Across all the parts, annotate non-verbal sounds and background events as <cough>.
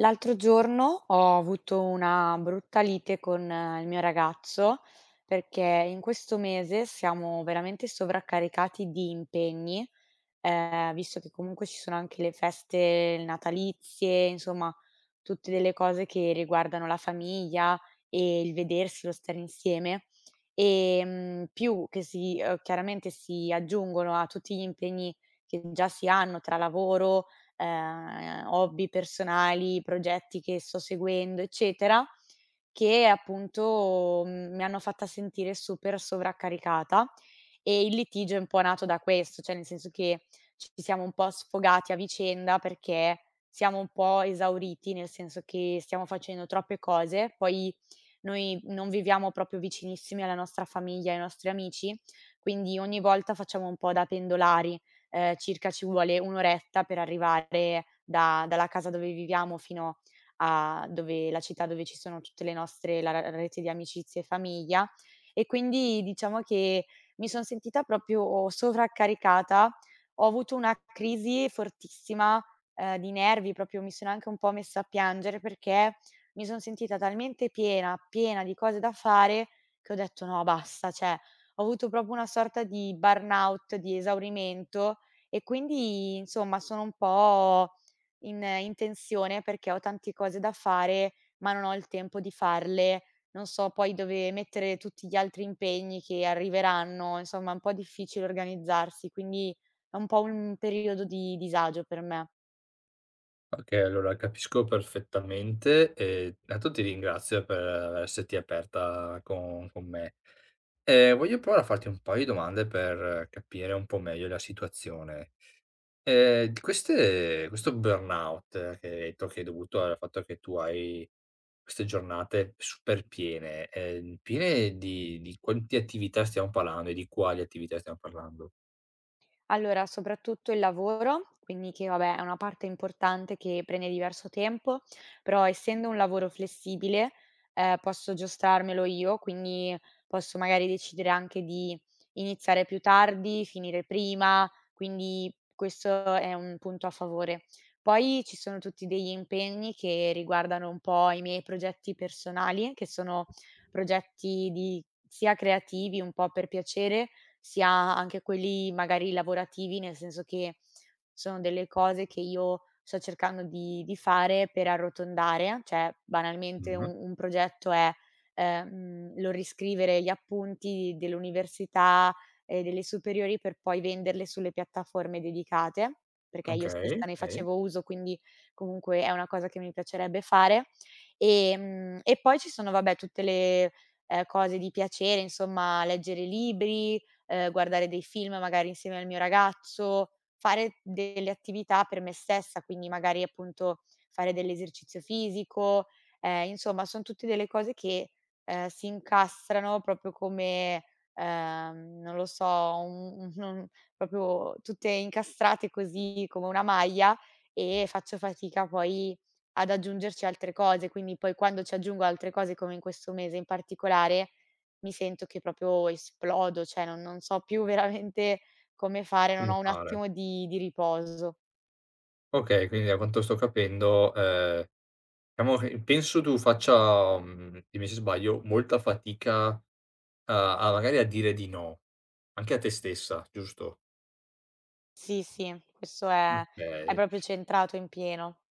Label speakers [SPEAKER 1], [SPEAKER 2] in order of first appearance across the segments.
[SPEAKER 1] L'altro giorno ho avuto una brutta lite con il mio ragazzo perché in questo mese siamo veramente sovraccaricati di impegni, visto che comunque ci sono anche le feste natalizie, insomma, tutte delle cose che riguardano la famiglia e il vedersi, lo stare insieme. E più che si, chiaramente si aggiungono a tutti gli impegni che già si hanno tra lavoro, hobby personali, progetti che sto seguendo, eccetera, che appunto, mi hanno fatta sentire super sovraccaricata, e il litigio è un po' nato da questo, cioè nel senso che ci siamo un po' sfogati a vicenda perché siamo un po' esauriti, nel senso che stiamo facendo troppe cose. Poi noi non viviamo proprio vicinissimi alla nostra famiglia e ai nostri amici, quindi ogni volta facciamo un po' da pendolari. Circa ci vuole 1 oretta per arrivare da dalla casa dove viviamo fino a dove la città dove ci sono tutte le nostre, la rete di amicizie e famiglia. E quindi diciamo che mi son sentita proprio sovraccaricata. Ho avuto una crisi fortissima, di nervi, proprio mi sono anche un po' messa a piangere perché mi son sentita talmente piena, piena di cose da fare, che ho detto: "No basta", cioè ho avuto proprio una sorta di burnout, di esaurimento, e quindi insomma sono un po' in tensione perché ho tante cose da fare, ma non ho il tempo di farle. Non so poi dove mettere tutti gli altri impegni che arriveranno, insomma è un po' difficile organizzarsi, quindi è un po' un periodo di disagio per me.
[SPEAKER 2] Okay, allora capisco perfettamente e intanto ti ringrazio per esserti aperta con me. Voglio provare a farti un paio di domande per capire un po' meglio la situazione. Di queste Questo burnout che hai detto che è dovuto al fatto che tu hai queste giornate super piene, piene di quanti attività stiamo parlando e di quali attività stiamo parlando?
[SPEAKER 1] Allora, soprattutto il lavoro, quindi che vabbè è una parte importante che prende diverso tempo, però essendo un lavoro flessibile, posso aggiustarmelo io, quindi posso magari decidere anche di iniziare più tardi, finire prima, quindi questo è un punto a favore. Poi ci sono tutti degli impegni che riguardano un po' i miei progetti personali, che sono progetti di sia creativi, un po' per piacere, sia anche quelli magari lavorativi, nel senso che sono delle cose che io sto cercando di fare per arrotondare, cioè banalmente
[SPEAKER 2] Mh-mh.
[SPEAKER 1] un progetto è, lo riscrivere gli appunti dell'università e delle superiori per poi venderle sulle piattaforme dedicate, perché io
[SPEAKER 2] Okay,
[SPEAKER 1] stessa ne
[SPEAKER 2] okay.
[SPEAKER 1] facevo uso, quindi comunque è una cosa che mi piacerebbe fare. E poi ci sono vabbè tutte le, cose di piacere, insomma leggere libri, guardare dei film magari insieme al mio ragazzo, fare delle attività per me stessa, quindi magari appunto fare dell'esercizio fisico, insomma son tutte delle cose che, si incastrano proprio come, non lo so, proprio tutte incastrate così come una maglia, e faccio fatica poi ad aggiungerci altre cose. Quindi poi quando ci aggiungo altre cose, come in questo mese in particolare, mi sento che proprio esplodo, cioè non so più <laughs> veramente come fare, non
[SPEAKER 2] Come
[SPEAKER 1] ho un
[SPEAKER 2] fare?
[SPEAKER 1] attimo di riposo.
[SPEAKER 2] Okay, quindi da quanto sto capendo, diciamo che penso tu faccia, dimmi se sbaglio, molta fatica a magari a dire di no, anche a te stessa, giusto?
[SPEAKER 1] Sì, sì, questo è
[SPEAKER 2] Okay.
[SPEAKER 1] proprio centrato in pieno.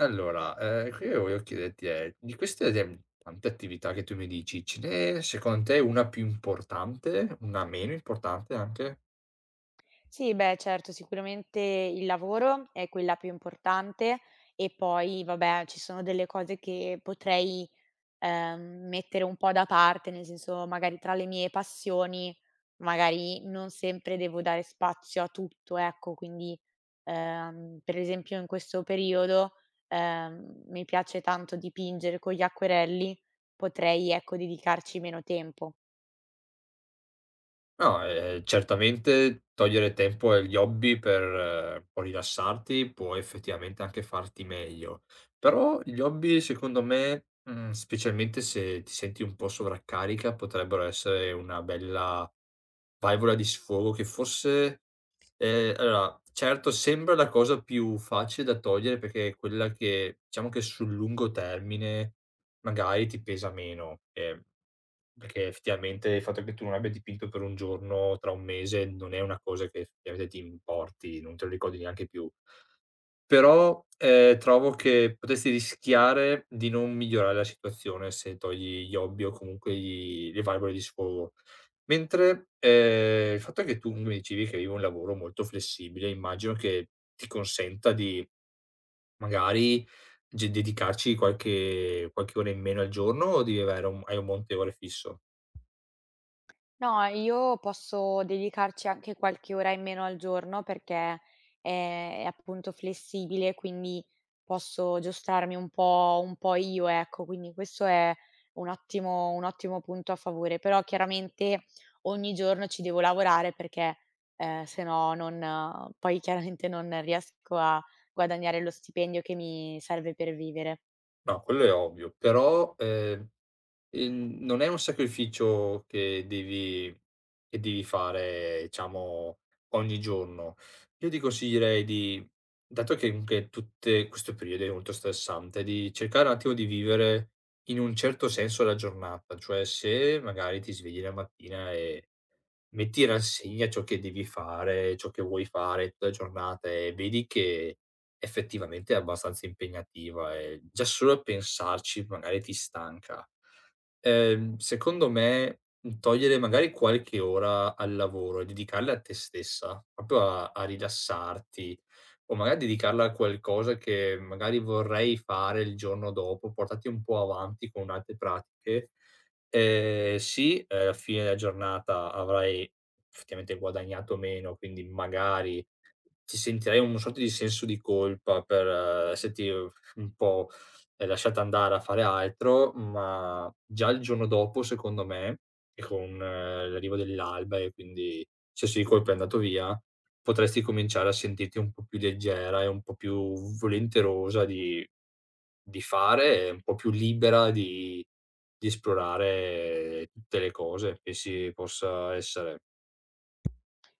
[SPEAKER 2] Allora, qui io volevo chiederti è, di queste de tante attività che tu mi dici, ce n'è secondo te una più importante, una meno importante anche?
[SPEAKER 1] Sì, beh, certo, sicuramente il lavoro è quella più importante, e poi, vabbè, ci sono delle cose che potrei mettere un po' da parte, nel senso magari tra le mie passioni, magari non sempre devo dare spazio a tutto, ecco. Quindi, per esempio in questo periodo, mi piace tanto dipingere con gli acquerelli, potrei, ecco, dedicarci meno tempo.
[SPEAKER 2] No, certamente togliere tempo agli hobby per un po' rilassarti può effettivamente anche farti meglio. Però gli hobby secondo me, specialmente se ti senti un po' sovraccarica, potrebbero essere una bella valvola di sfogo che forse allora certo sembra la cosa più facile da togliere perché è quella che diciamo che sul lungo termine magari ti pesa meno, perché effettivamente il fatto che tu non abbia dipinto per un giorno tra un mese non è una cosa che effettivamente ti importi, non te lo ricordi neanche più. Però, trovo che potresti rischiare di non migliorare la situazione se togli gli hobby o comunque gli le valvole di sfogo. Mentre, il fatto è che tu mi dicevi che avevi un lavoro molto flessibile, immagino che ti consenta di magari ge dedicarci qualche ora in meno al giorno o devi avere un hai un monte ore fisso?
[SPEAKER 1] No, io posso dedicarci anche qualche ora in meno al giorno perché è appunto flessibile, quindi posso aggiustarmi un po' io, ecco. Quindi questo è un ottimo punto a favore. Però chiaramente ogni giorno ci devo lavorare perché, se no non poi chiaramente non riesco a guadagnare lo stipendio che mi serve per vivere.
[SPEAKER 2] No, quello è ovvio, però, non è un sacrificio che devi fare, diciamo, ogni giorno. Io ti consiglierei di, dato che comunque tutte questo periodo è molto stressante, di cercare un attimo di vivere in un certo senso la giornata, cioè se magari ti svegli la mattina e metti la rassegna ciò che devi fare, ciò che vuoi fare tutta la giornata e vedi che effettivamente è abbastanza impegnativa e già solo a pensarci magari ti stanca. Secondo me, togliere magari qualche ora al lavoro e dedicarla a te stessa, proprio a rilassarti, o magari dedicarla a qualcosa che magari vorrei fare il giorno dopo, portarti un po' avanti con altre pratiche. Sì, Alla fine della giornata avrai effettivamente guadagnato meno, quindi magari ti sentirai un sorta di senso di colpa per esserti un po' l'hai lasciata andare a fare altro, ma già il giorno dopo secondo me, e con l'arrivo dell'alba e quindi se sì, il colpo è andato via, potresti cominciare a sentirti un po' più leggera e un po' più volenterosa di fare e un po' più libera di esplorare tutte le cose che si possa essere.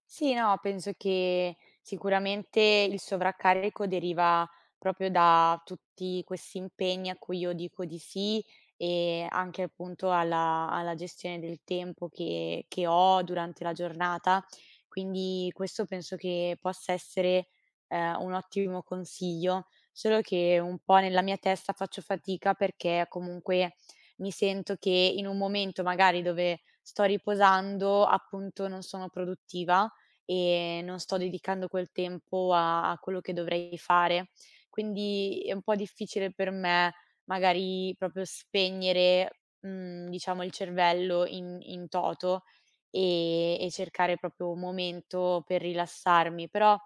[SPEAKER 1] Sì, no, penso che sicuramente il sovraccarico deriva proprio da tutti questi impegni a cui io dico di sì, e anche appunto alla, alla gestione del tempo che ho durante la giornata. Quindi questo penso che possa essere un ottimo consiglio, solo che un po' nella mia testa faccio fatica perché comunque mi sento che in un momento magari dove sto riposando, appunto non sono produttiva e non sto dedicando quel tempo a quello che dovrei fare. Quindi è un po' difficile per me magari proprio spegnere, diciamo il cervello in toto, e cercare proprio un momento per rilassarmi, però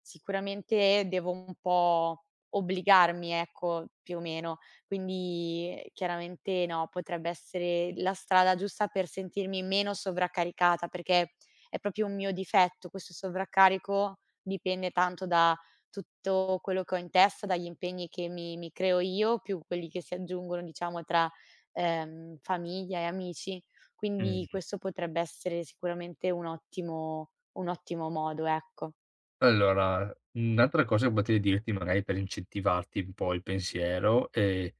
[SPEAKER 1] sicuramente devo un po' obbligarmi, ecco, più o meno. Quindi chiaramente no, potrebbe essere la strada giusta per sentirmi meno sovracaricata, perché è proprio un mio difetto, questo sovraccarico dipende tanto da tutto quello che ho in testa, dagli impegni che mi creo io, più quelli che si aggiungono, diciamo, tra, famiglia e amici. Quindi
[SPEAKER 2] Mh.
[SPEAKER 1] questo potrebbe essere sicuramente un ottimo modo, ecco.
[SPEAKER 2] Allora, un'altra cosa che potrei dirti magari per incentivarti un po' il pensiero è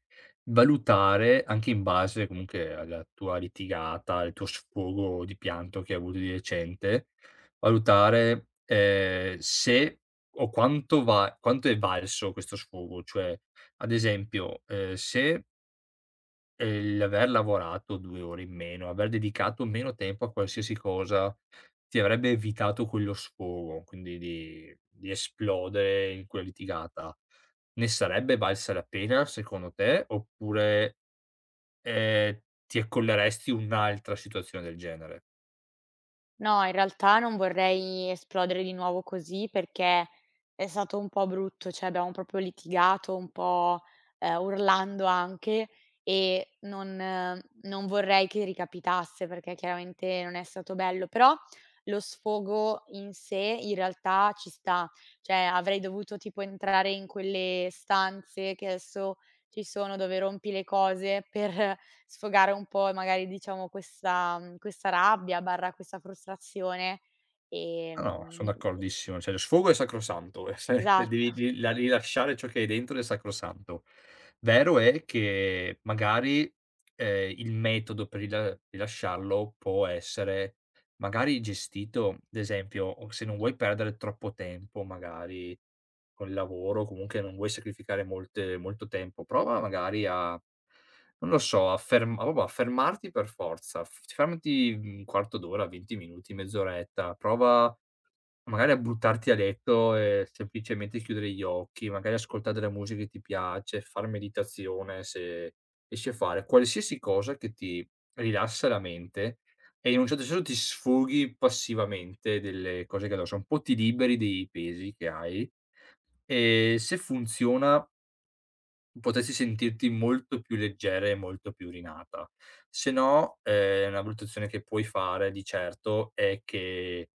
[SPEAKER 2] valutare anche in base comunque alla tua litigata, al tuo sfogo di pianto che hai avuto di recente, valutare, se o quanto va quanto è valso questo sfogo. Cioè, ad esempio, se il aver lavorato 2 ore in meno, aver dedicato meno tempo a qualsiasi cosa, ti avrebbe evitato quello sfogo, quindi di esplodere in quella litigata. Ne sarebbe valsa la pena secondo te, oppure, ehm, ti accolleresti un'altra situazione del genere?
[SPEAKER 1] No, in realtà non vorrei esplodere di nuovo così perché è stato un po' brutto, cioè abbiamo proprio litigato un po', urlando anche, e non non vorrei che ricapitasse perché chiaramente non è stato bello, però lo sfogo in sé in realtà ci sta. Cioè avrei dovuto tipo entrare in quelle stanze che adesso ci sono dove rompi le cose per <laughs> sfogare un po' e magari diciamo questa questa rabbia, barra questa frustrazione,
[SPEAKER 2] Ah no,
[SPEAKER 1] ehm
[SPEAKER 2] son d'accordissimo. Cioè, lo sfogo è sacrosanto, e se <laughs> devi
[SPEAKER 1] esatto,
[SPEAKER 2] ri la rilasciare ciò che hai dentro è sacrosanto. Vero è che magari, il metodo per rilasciarlo può essere magari gestito, ad esempio, o se non vuoi perdere troppo tempo magari col lavoro, comunque non vuoi sacrificare molte molto tempo, prova magari a, non lo so, afferm proprio affermarti per forza. F Fermati un quarto d'ora, 20 minuti, mezz'oretta, prova magari a buttarti a letto e semplicemente chiudere gli occhi, magari ascoltare della musica che ti piace, far meditazione se riesci, a fare qualsiasi cosa che ti rilassa la mente e in un certo senso ti sfoghi passivamente delle cose che addosso, un po' ti liberi dei pesi che hai, e se funziona potresti sentirti molto più leggera e molto più rinata. Se no, una valutazione che puoi fare di certo è che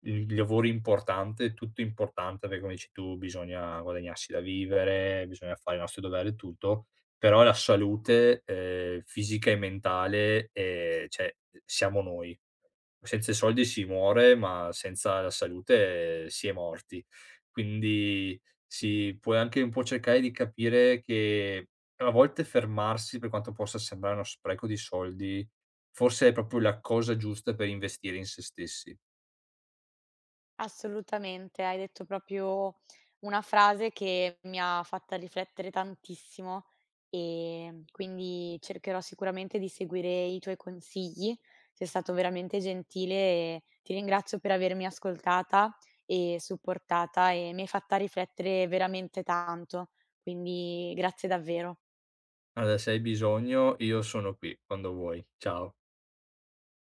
[SPEAKER 2] il lavoro importante è tutto importante, perché come dici tu bisogna guadagnarsi da vivere, bisogna fare i nostri doveri e tutto, però la salute, fisica e mentale, cioè, siamo noi. Senza i soldi si muore, ma senza la salute si è morti. Quindi si puoi anche un po' cercare di capire che a volte fermarsi, per quanto possa sembrare uno spreco di soldi, forse è proprio la cosa giusta per investire in se stessi.
[SPEAKER 1] assolutamente. Hai detto proprio una frase che mi ha fatta riflettere tantissimo, quindi cercherò sicuramente di seguire i tuoi consigli. Sei stato veramente gentile e ti ringrazio per avermi ascoltata e supportata e mi hai fatta riflettere veramente tanto, quindi grazie davvero.
[SPEAKER 2] Guarda, se hai bisogno io sono qui quando vuoi. Ciao.